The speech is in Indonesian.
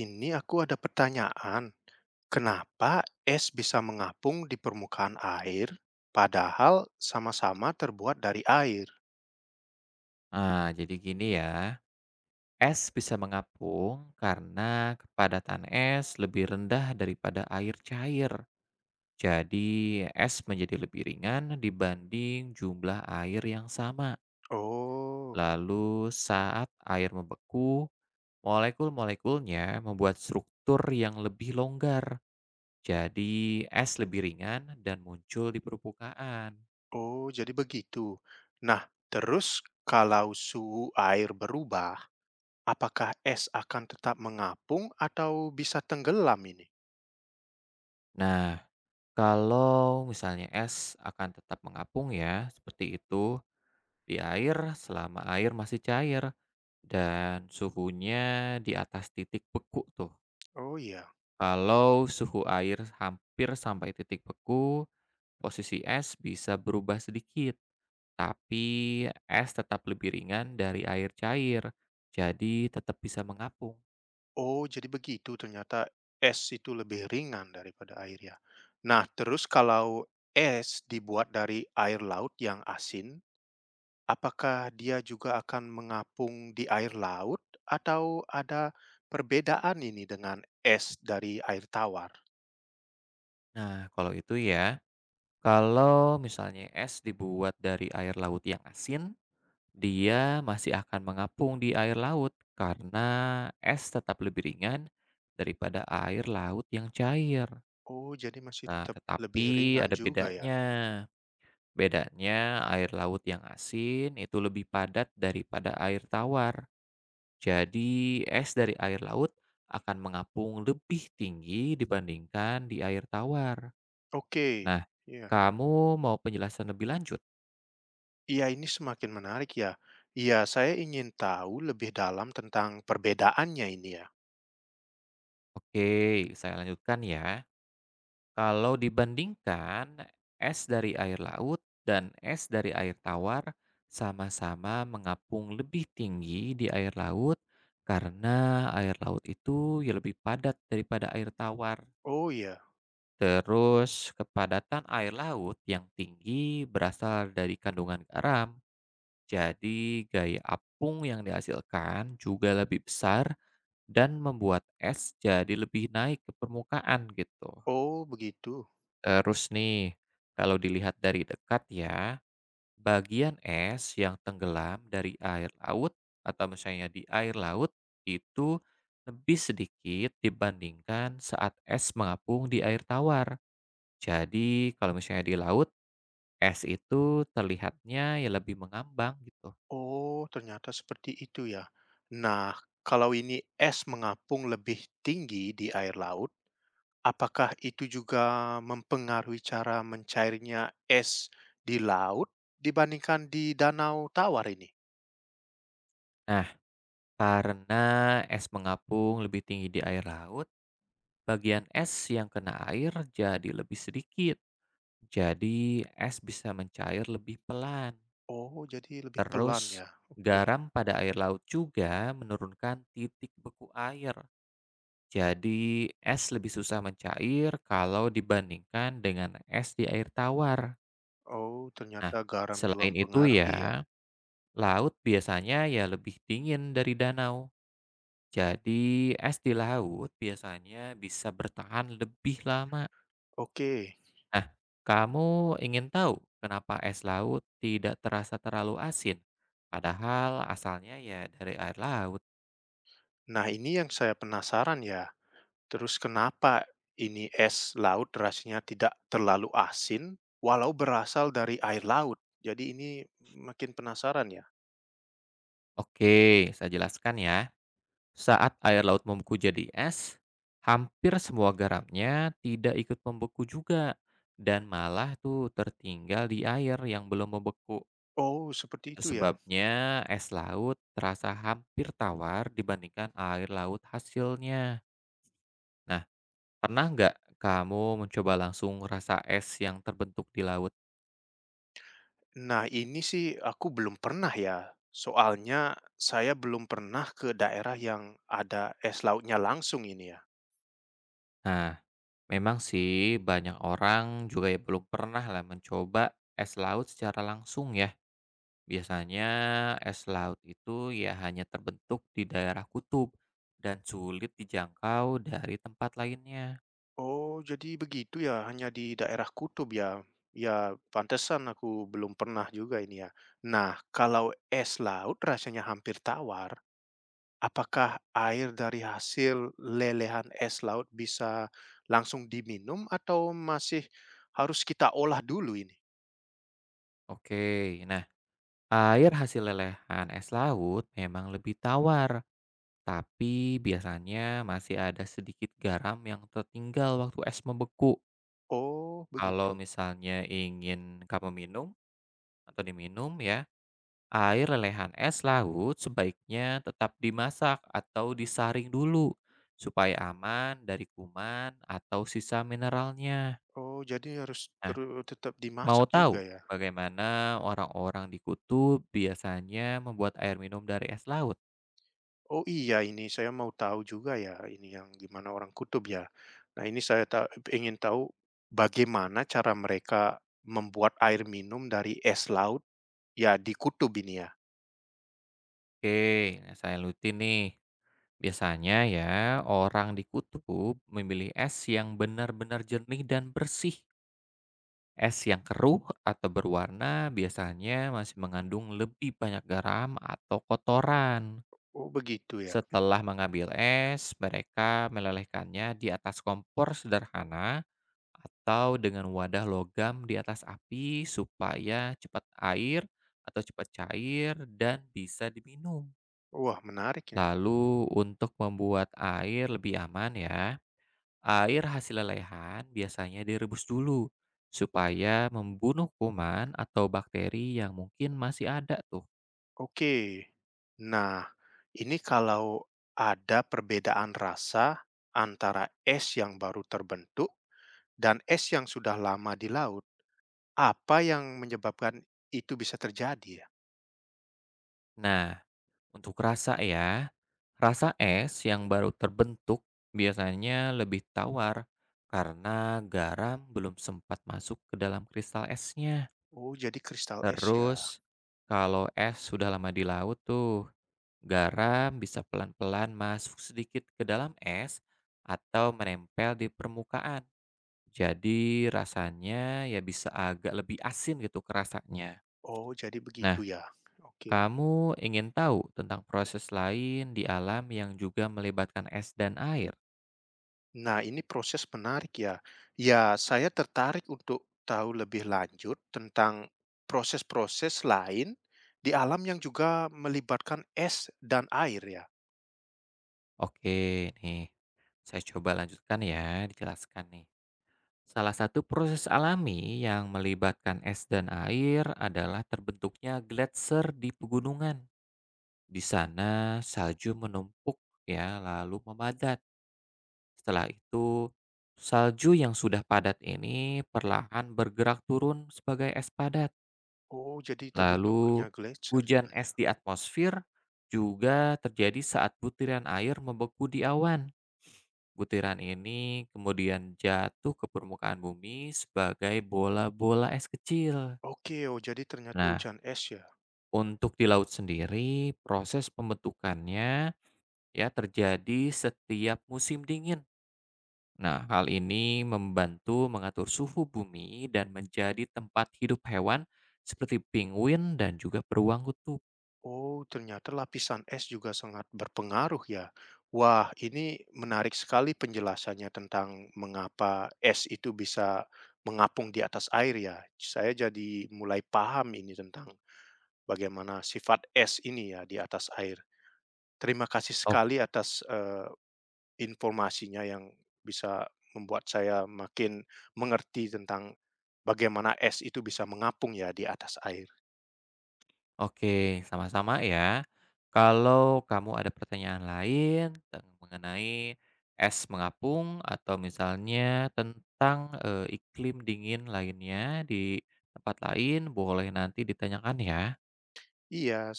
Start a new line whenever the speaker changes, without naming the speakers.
Ini aku ada pertanyaan. Kenapa es bisa mengapung di permukaan air, padahal sama-sama terbuat dari air?
Ah, jadi gini ya, es bisa mengapung karena kepadatan es lebih rendah daripada air cair. Jadi, es menjadi lebih ringan dibanding jumlah air yang sama.
Oh,
Lalu, saat air membeku, molekul-molekulnya membuat struktur yang lebih longgar. Jadi, es lebih ringan dan muncul di permukaan.
oh, jadi begitu. Nah, terus kalau suhu air berubah, apakah es akan tetap mengapung atau bisa tenggelam ini?
Nah, kalau misalnya es akan tetap mengapung ya, seperti itu, di air selama air masih cair dan suhunya di atas titik beku tuh.
Oh iya.
Kalau suhu air hampir sampai titik beku, posisi es bisa berubah sedikit, tapi es tetap lebih ringan dari air cair, jadi tetap bisa mengapung.
Oh, jadi begitu. Ternyata es itu lebih ringan daripada air ya. Nah, terus kalau es dibuat dari air laut yang asin, apakah dia juga akan mengapung di air laut atau ada perbedaan ini dengan es dari air tawar?
Nah, kalau itu ya, kalau misalnya es dibuat dari air laut yang asin, dia masih akan mengapung di air laut karena es tetap lebih ringan daripada air laut yang cair.
Oh, jadi masih
Nah,
tetap lebih
tetapi
ringan
ada
juga ya?
bedanya. Bedanya air laut yang asin itu lebih padat daripada air tawar. Jadi es dari air laut akan mengapung lebih tinggi dibandingkan di air tawar.
Oke,
Nah,
ya,
kamu mau penjelasan lebih lanjut?
iya, ini semakin menarik ya. Iya, saya ingin tahu lebih dalam tentang perbedaannya ini ya.
Oke, saya lanjutkan ya. Kalau dibandingkan, es dari air laut dan es dari air tawar sama-sama mengapung lebih tinggi di air laut karena air laut itu ya lebih padat daripada air tawar.
Oh iya,
Terus, kepadatan air laut yang tinggi berasal dari kandungan garam. Jadi, gaya apung yang dihasilkan juga lebih besar dan membuat es jadi lebih naik ke permukaan gitu.
oh begitu.
Terus nih, kalau dilihat dari dekat ya, bagian es yang tenggelam dari air laut atau misalnya di air laut itu lebih sedikit dibandingkan saat es mengapung di air tawar. Jadi kalau misalnya di laut, es itu terlihatnya ya lebih mengambang gitu.
Oh, ternyata seperti itu ya. Nah, kalau ini es mengapung lebih tinggi di air laut. Apakah itu juga mempengaruhi cara mencairnya es di laut dibandingkan di danau tawar ini?
Nah, karena es mengapung lebih tinggi di air laut, bagian es yang kena air jadi lebih sedikit. Jadi es bisa mencair lebih pelan.
Oh, jadi lebih pelan
Terus
ya? Oke.
garam pada air laut juga menurunkan titik beku air. Jadi es lebih susah mencair kalau dibandingkan dengan es di air tawar.
Oh,
Nah,
ternyata garam juga
selain itu
mempengaruhi ya?
ya, laut biasanya ya lebih dingin dari danau. Jadi es di laut biasanya bisa bertahan lebih lama.
Oke.
Nah, kamu ingin tahu kenapa es laut tidak terasa terlalu asin, padahal asalnya ya dari air laut.
Nah, ini yang saya penasaran ya. Terus kenapa ini es laut rasanya tidak terlalu asin walau berasal dari air laut? Jadi ini makin penasaran ya?
Oke, saya jelaskan ya. Saat air laut membeku jadi es, hampir semua garamnya tidak ikut membeku juga dan malah tuh tertinggal di air yang belum membeku.
Oh, seperti
Itu
itu ya?
sebabnya es laut terasa hampir tawar dibandingkan air laut hasilnya. Nah, pernah nggak kamu mencoba langsung rasa es yang terbentuk di laut?
Nah, ini sih aku belum pernah ya. Soalnya saya belum pernah ke daerah yang ada es lautnya langsung ini ya.
Nah, memang sih banyak orang juga ya belum pernah lah mencoba es laut secara langsung ya. Biasanya es laut itu ya hanya terbentuk di daerah kutub dan sulit dijangkau dari tempat lainnya.
Oh, jadi begitu ya, hanya di daerah kutub ya. Ya, pantesan aku belum pernah juga ini ya. Nah, kalau es laut rasanya hampir tawar, apakah air dari hasil lelehan es laut bisa langsung diminum atau masih harus kita olah dulu ini?
Oke, nah, air hasil lelehan es laut memang lebih tawar, tapi biasanya masih ada sedikit garam yang tertinggal waktu es membeku.
Oh,
Kalau
begitu.
misalnya ingin kamu minum atau diminum ya, air lelehan es laut sebaiknya tetap dimasak atau disaring dulu supaya aman dari kuman atau sisa mineralnya.
Oh, jadi harus
Nah,
tetap
mau
dimasak
tahu
juga ya?
bagaimana orang-orang di kutub biasanya membuat air minum dari es laut?
Oh, iya ini saya mau tahu juga ya ini yang gimana orang kutub ya. Nah, ini saya ingin tahu bagaimana cara mereka membuat air minum dari es laut ya di kutub ini ya?
Oke, nah saya lutin nih. Biasanya ya, orang di kutub memilih es yang benar-benar jernih dan bersih. Es yang keruh atau berwarna biasanya masih mengandung lebih banyak garam atau kotoran.
Oh, begitu ya?
Setelah mengambil es, mereka melelehkannya di atas kompor sederhana atau dengan wadah logam di atas api supaya cepat air atau cepat cair dan bisa diminum.
Wah, menarik ya.
Lalu untuk membuat air lebih aman ya, air hasil lelehan biasanya direbus dulu supaya membunuh kuman atau bakteri yang mungkin masih ada tuh.
Oke. Nah, ini kalau ada perbedaan rasa antara es yang baru terbentuk dan es yang sudah lama di laut, apa yang menyebabkan itu bisa terjadi ya?
Nah, untuk rasa ya, rasa es yang baru terbentuk biasanya lebih tawar karena garam belum sempat masuk ke dalam kristal esnya.
Oh, jadi kristal es ya?
Terus, kalau es sudah lama di laut tuh, garam bisa pelan-pelan masuk sedikit ke dalam es atau menempel di permukaan. Jadi rasanya ya bisa agak lebih asin gitu kerasanya.
Oh, jadi begitu
Nah,
ya? Oke.
kamu ingin tahu tentang proses lain di alam yang juga melibatkan es dan air?
Nah, ini proses menarik ya. Ya, saya tertarik untuk tahu lebih lanjut tentang proses-proses lain di alam yang juga melibatkan es dan air ya?
Oke, nih. Saya coba lanjutkan ya, dijelaskan nih. Salah satu proses alami yang melibatkan es dan air adalah terbentuknya gletser di pegunungan. Di sana salju menumpuk ya, lalu memadat. Setelah itu, salju yang sudah padat ini perlahan bergerak turun sebagai es padat.
Oh, jadi terbentuknya
Lalu,
gletser
hujan
juga ya?
es di atmosfer juga terjadi saat butiran air membeku di awan. Butiran ini kemudian jatuh ke permukaan bumi sebagai bola-bola es kecil.
Oke, oh jadi ternyata
Nah,
hujan es ya?
untuk di laut sendiri, proses pembentukannya ya terjadi setiap musim dingin. Nah, hal ini membantu mengatur suhu bumi dan menjadi tempat hidup hewan seperti penguin dan juga beruang kutub.
Oh, ternyata lapisan es juga sangat berpengaruh ya. Wah, ini menarik sekali penjelasannya tentang mengapa es itu bisa mengapung di atas air ya. Saya jadi mulai paham ini tentang bagaimana sifat es ini ya di atas air. Terima kasih
Oh,
sekali atas informasinya yang bisa membuat saya makin mengerti tentang bagaimana es itu bisa mengapung ya di atas air.
oke, sama-sama ya. Kalau kamu ada pertanyaan lain tentang- mengenai es mengapung atau misalnya tentang iklim dingin lainnya di tempat lain, boleh nanti ditanyakan ya.
Iya,